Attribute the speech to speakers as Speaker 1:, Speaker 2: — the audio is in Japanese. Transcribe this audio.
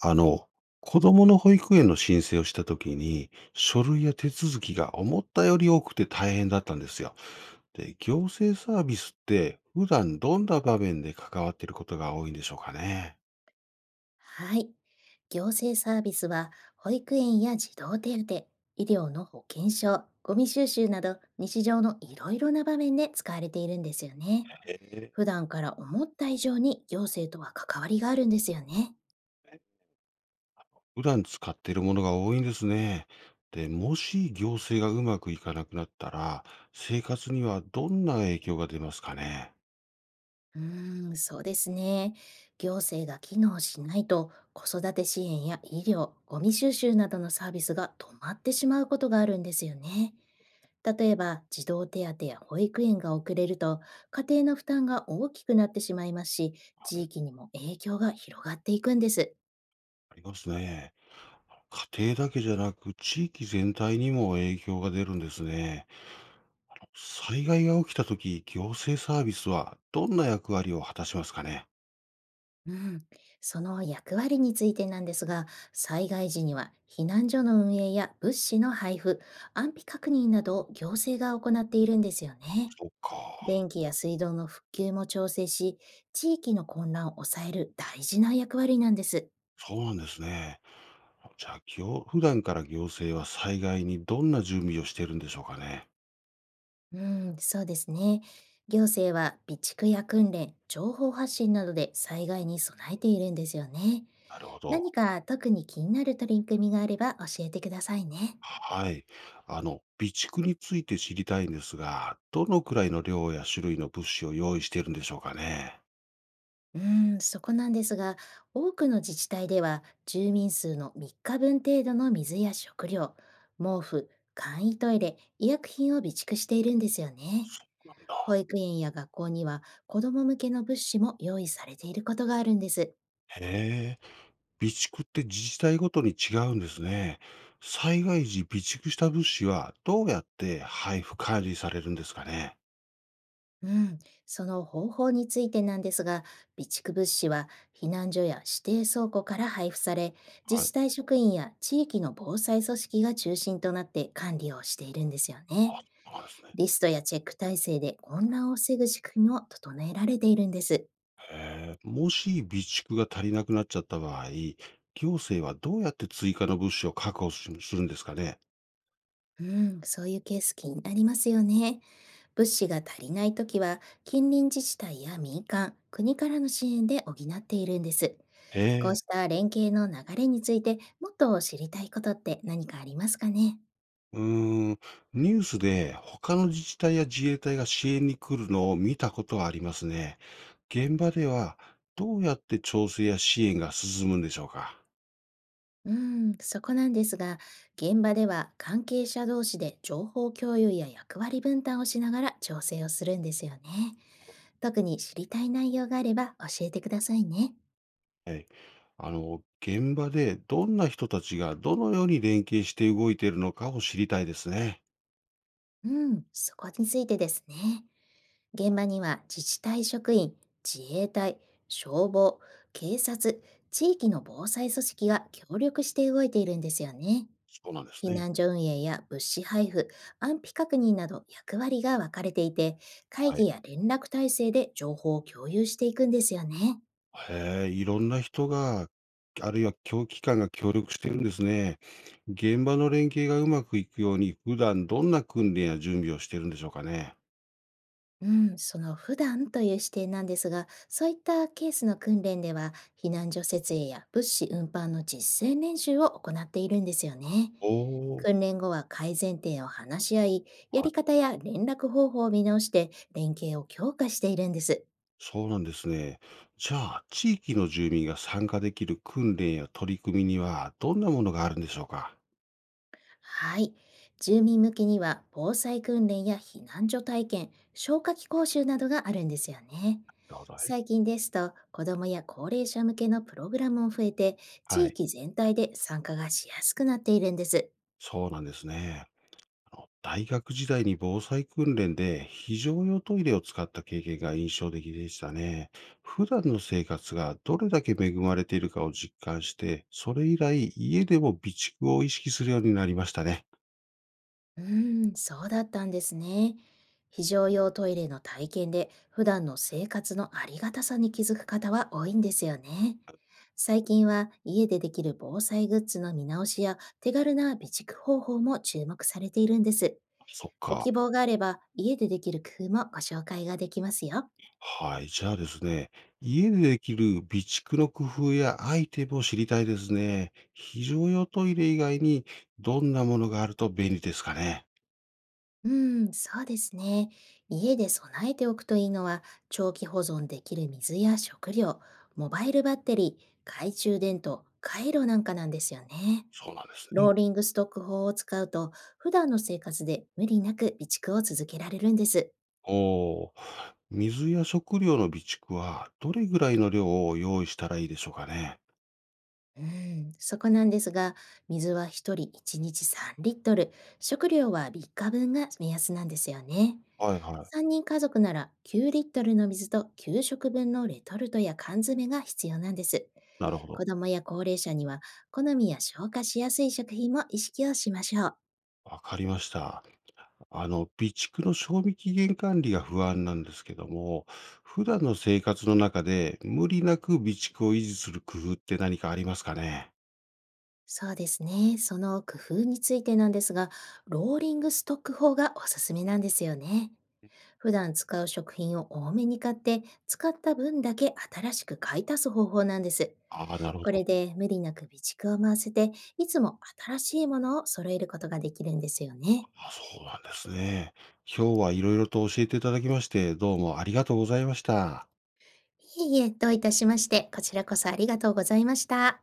Speaker 1: あの、子供の保育園の申請をしたときに、書類や手続きが思ったより多くて大変だったんですよ。で、行政サービスって普段どんな場面で関わっていることが多いんでしょうかね？
Speaker 2: はい。行政サービスは、保育園や児童手当、医療の保険証、ゴミ収集など、日常のいろいろな場面で使われているんですよね。
Speaker 1: へえ。
Speaker 2: 普段から思った以上に行政とは関わりがあるんですよね。
Speaker 1: 普段使っているものが多いんですね。で、もし行政がうまくいかなくなったら、生活にはどんな影響が出ますかね？
Speaker 2: うーん、そうですね。行政が機能しないと、子育て支援や医療、ゴミ収集などのサービスが止まってしまうことがあるんですよね。例えば、児童手当や保育園が遅れると、家庭の負担が大きくなってしまいますし、
Speaker 1: は
Speaker 2: 地
Speaker 1: い、
Speaker 2: 域にも影響が広がっていくんです。
Speaker 1: ありますね。家庭だけじゃなく地域全体にも影響が出るんですね。災害が起きたとき、行政サービスはどんな役割を果たしますかね？
Speaker 2: うん、その役割についてなんですが、災害時には避難所の運営や物資の配布、安否確認などを行政が行っているんですよね。
Speaker 1: そっか。
Speaker 2: 電気や水道の復旧も調整し、地域の混乱を抑える大事な役割なんです。
Speaker 1: そうなんですね。じゃあ、普段から行政は災害にどんな準備をしているんでしょうかね？
Speaker 2: うん、そうですね。行政は備蓄や訓練、情報発信などで災害に備えているんですよね。
Speaker 1: なるほ
Speaker 2: 何
Speaker 1: ど。
Speaker 2: か特に気になる取り組みがあれば教えてくださいね。
Speaker 1: はい。備蓄について知りたいんですが、どのくらいの量や種類の物資を用意しているんでしょうかね？
Speaker 2: うん、そこなんですが、多くの自治体では住民数の3日分程度の水や食料、毛布、簡易トイレ、医薬品を備蓄しているんですよね。
Speaker 1: そうなんだ。
Speaker 2: 保育園や学校には子ども向けの物資も用意されていることがあるんです。
Speaker 1: へえ。備蓄って自治体ごとに違うんですね。災害時、備蓄した物資はどうやって配布管理されるんですかね？
Speaker 2: うん、その方法についてなんですが、備蓄物資は避難所や指定倉庫から配布され、
Speaker 1: は
Speaker 2: 自
Speaker 1: い。
Speaker 2: 治体職員や地域の防災組織が中心となって管理をしているんですよね。
Speaker 1: あ、そうなんですね。
Speaker 2: リストやチェック体制で混乱を防ぐ仕組みも整えられているんです。
Speaker 1: もし備蓄が足りなくなっちゃった場合、行政はどうやって追加の物資を確保しするんですかね？
Speaker 2: うん、そういうケース気になりますよね。物資が足りないときは、近隣自治体や民間、国からの支援で補っているんです。こ
Speaker 1: え
Speaker 2: うし
Speaker 1: え。
Speaker 2: た連携の流れについてもっと知りたいことって何かありますかね。
Speaker 1: うーん、ニュースで他の自治体や自衛隊が支援に来るのを見たことはありますね。現場ではどうやって調整や支援が進むんでしょうか？
Speaker 2: うん、そこなんですが、現場では関係者同士で情報共有や役割分担をしながら調整をするんですよね。特に知りたい内容があれば教えてくださいね。
Speaker 1: はい。現場でどんな人たちがどのように連携して動いているのかを知りたいですね。
Speaker 2: うん、そこについてですね。現場には自治体職員、自衛隊、消防、警察、地域の防災組織が協力して動いているんですよね。
Speaker 1: そうなんです
Speaker 2: 避
Speaker 1: ね。
Speaker 2: 難所運営や物資配布、安否確認など役割が分かれていて、会
Speaker 1: はい。
Speaker 2: 議や連絡体制で情報を共有していくんですよね。
Speaker 1: へえ、いろんな人が、あるいは協機関が協力してるんですね。現場の連携がうまくいくように、普段どんな訓練や準備をしてるんでしょうかね？
Speaker 2: うん、その普段という視点なんですが、そういったケースの訓練では、避難所設営や物資運搬の実践練習を行っているんですよね。
Speaker 1: おお、
Speaker 2: 訓練後は改善点を話し合い、や
Speaker 1: は
Speaker 2: り
Speaker 1: い。
Speaker 2: 方や連絡方法を見直して連携を強化しているんです。
Speaker 1: そうなんですね。じゃあ、地域の住民が参加できる訓練や取り組みには、どんなものがあるんでしょうか？
Speaker 2: はい。住民向けには防災訓練や避難所体験、消火器講習などがあるんですよね。
Speaker 1: なるほどね。
Speaker 2: 最近ですと、子どもや高齢者向けのプログラムも増えて、
Speaker 1: は
Speaker 2: 地
Speaker 1: い。
Speaker 2: 域全体で参加がしやすくなっているんです。
Speaker 1: そうなんですね。あ、大学時代に防災訓練で非常用トイレを使った経験が印象的でしたね。普段の生活がどれだけ恵まれているかを実感して、それ以来家でも備蓄を意識するようになりましたね。
Speaker 2: うーん、そうだったんですね。非常用トイレの体験で普段の生活のありがたさに気づく方は多いんですよね。最近は家でできる防災グッズの見直しや手軽な備蓄方法も注目されているんです。
Speaker 1: そっ
Speaker 2: ご
Speaker 1: か。
Speaker 2: 希望があれば家でできる工夫もご紹介ができますよ。
Speaker 1: はい。じゃあですね、家でできる備蓄の工夫やアイテムを知りたいですね。非常用トイレ以外にどんなものがあると便利ですかね？
Speaker 2: うん、そうですね。家で備えておくといいのは、長期保存できる水や食料、モバイルバッテリー、懐中電灯、カイロなんかなんですよね。
Speaker 1: そうなんですね。
Speaker 2: ローリングストック法を使うと、普段の生活で無理なく備蓄を続けられるんです。
Speaker 1: おお、水や食料の備蓄はどれぐらいの量を用意したらいいでしょうかね？
Speaker 2: うん、そこなんですが、水は1人1日3リットル、食料は3日分が目安なんですよね。
Speaker 1: はいはい。
Speaker 2: 3人家族なら9リットルの水と給食分のレトルトや缶詰が必要なんです。
Speaker 1: なるほ
Speaker 2: 子
Speaker 1: ど。
Speaker 2: 供や高齢者には好みや消化しやすい食品も意識をしましょう。
Speaker 1: わかりました。備蓄の賞味期限管理が不安なんですけども、普段の生活の中で無理なく備蓄を維持する工夫って何かありますかね？
Speaker 2: そうですね。その工夫についてなんですが、ローリングストック法がおすすめなんですよね。普段使う食品を多めに買って、使った分だけ新しく買い足す方法なんです。
Speaker 1: ああ、なるほ
Speaker 2: こ
Speaker 1: ど。
Speaker 2: れで無理なく備蓄を回せて、いつも新しいものを揃えることができるんですよね。
Speaker 1: あ、そうなんですね。今日はいろいろと教えていただきまして、どうもありがとうございました。
Speaker 2: いえいえ、どういたしまして、こちらこそありがとうございました。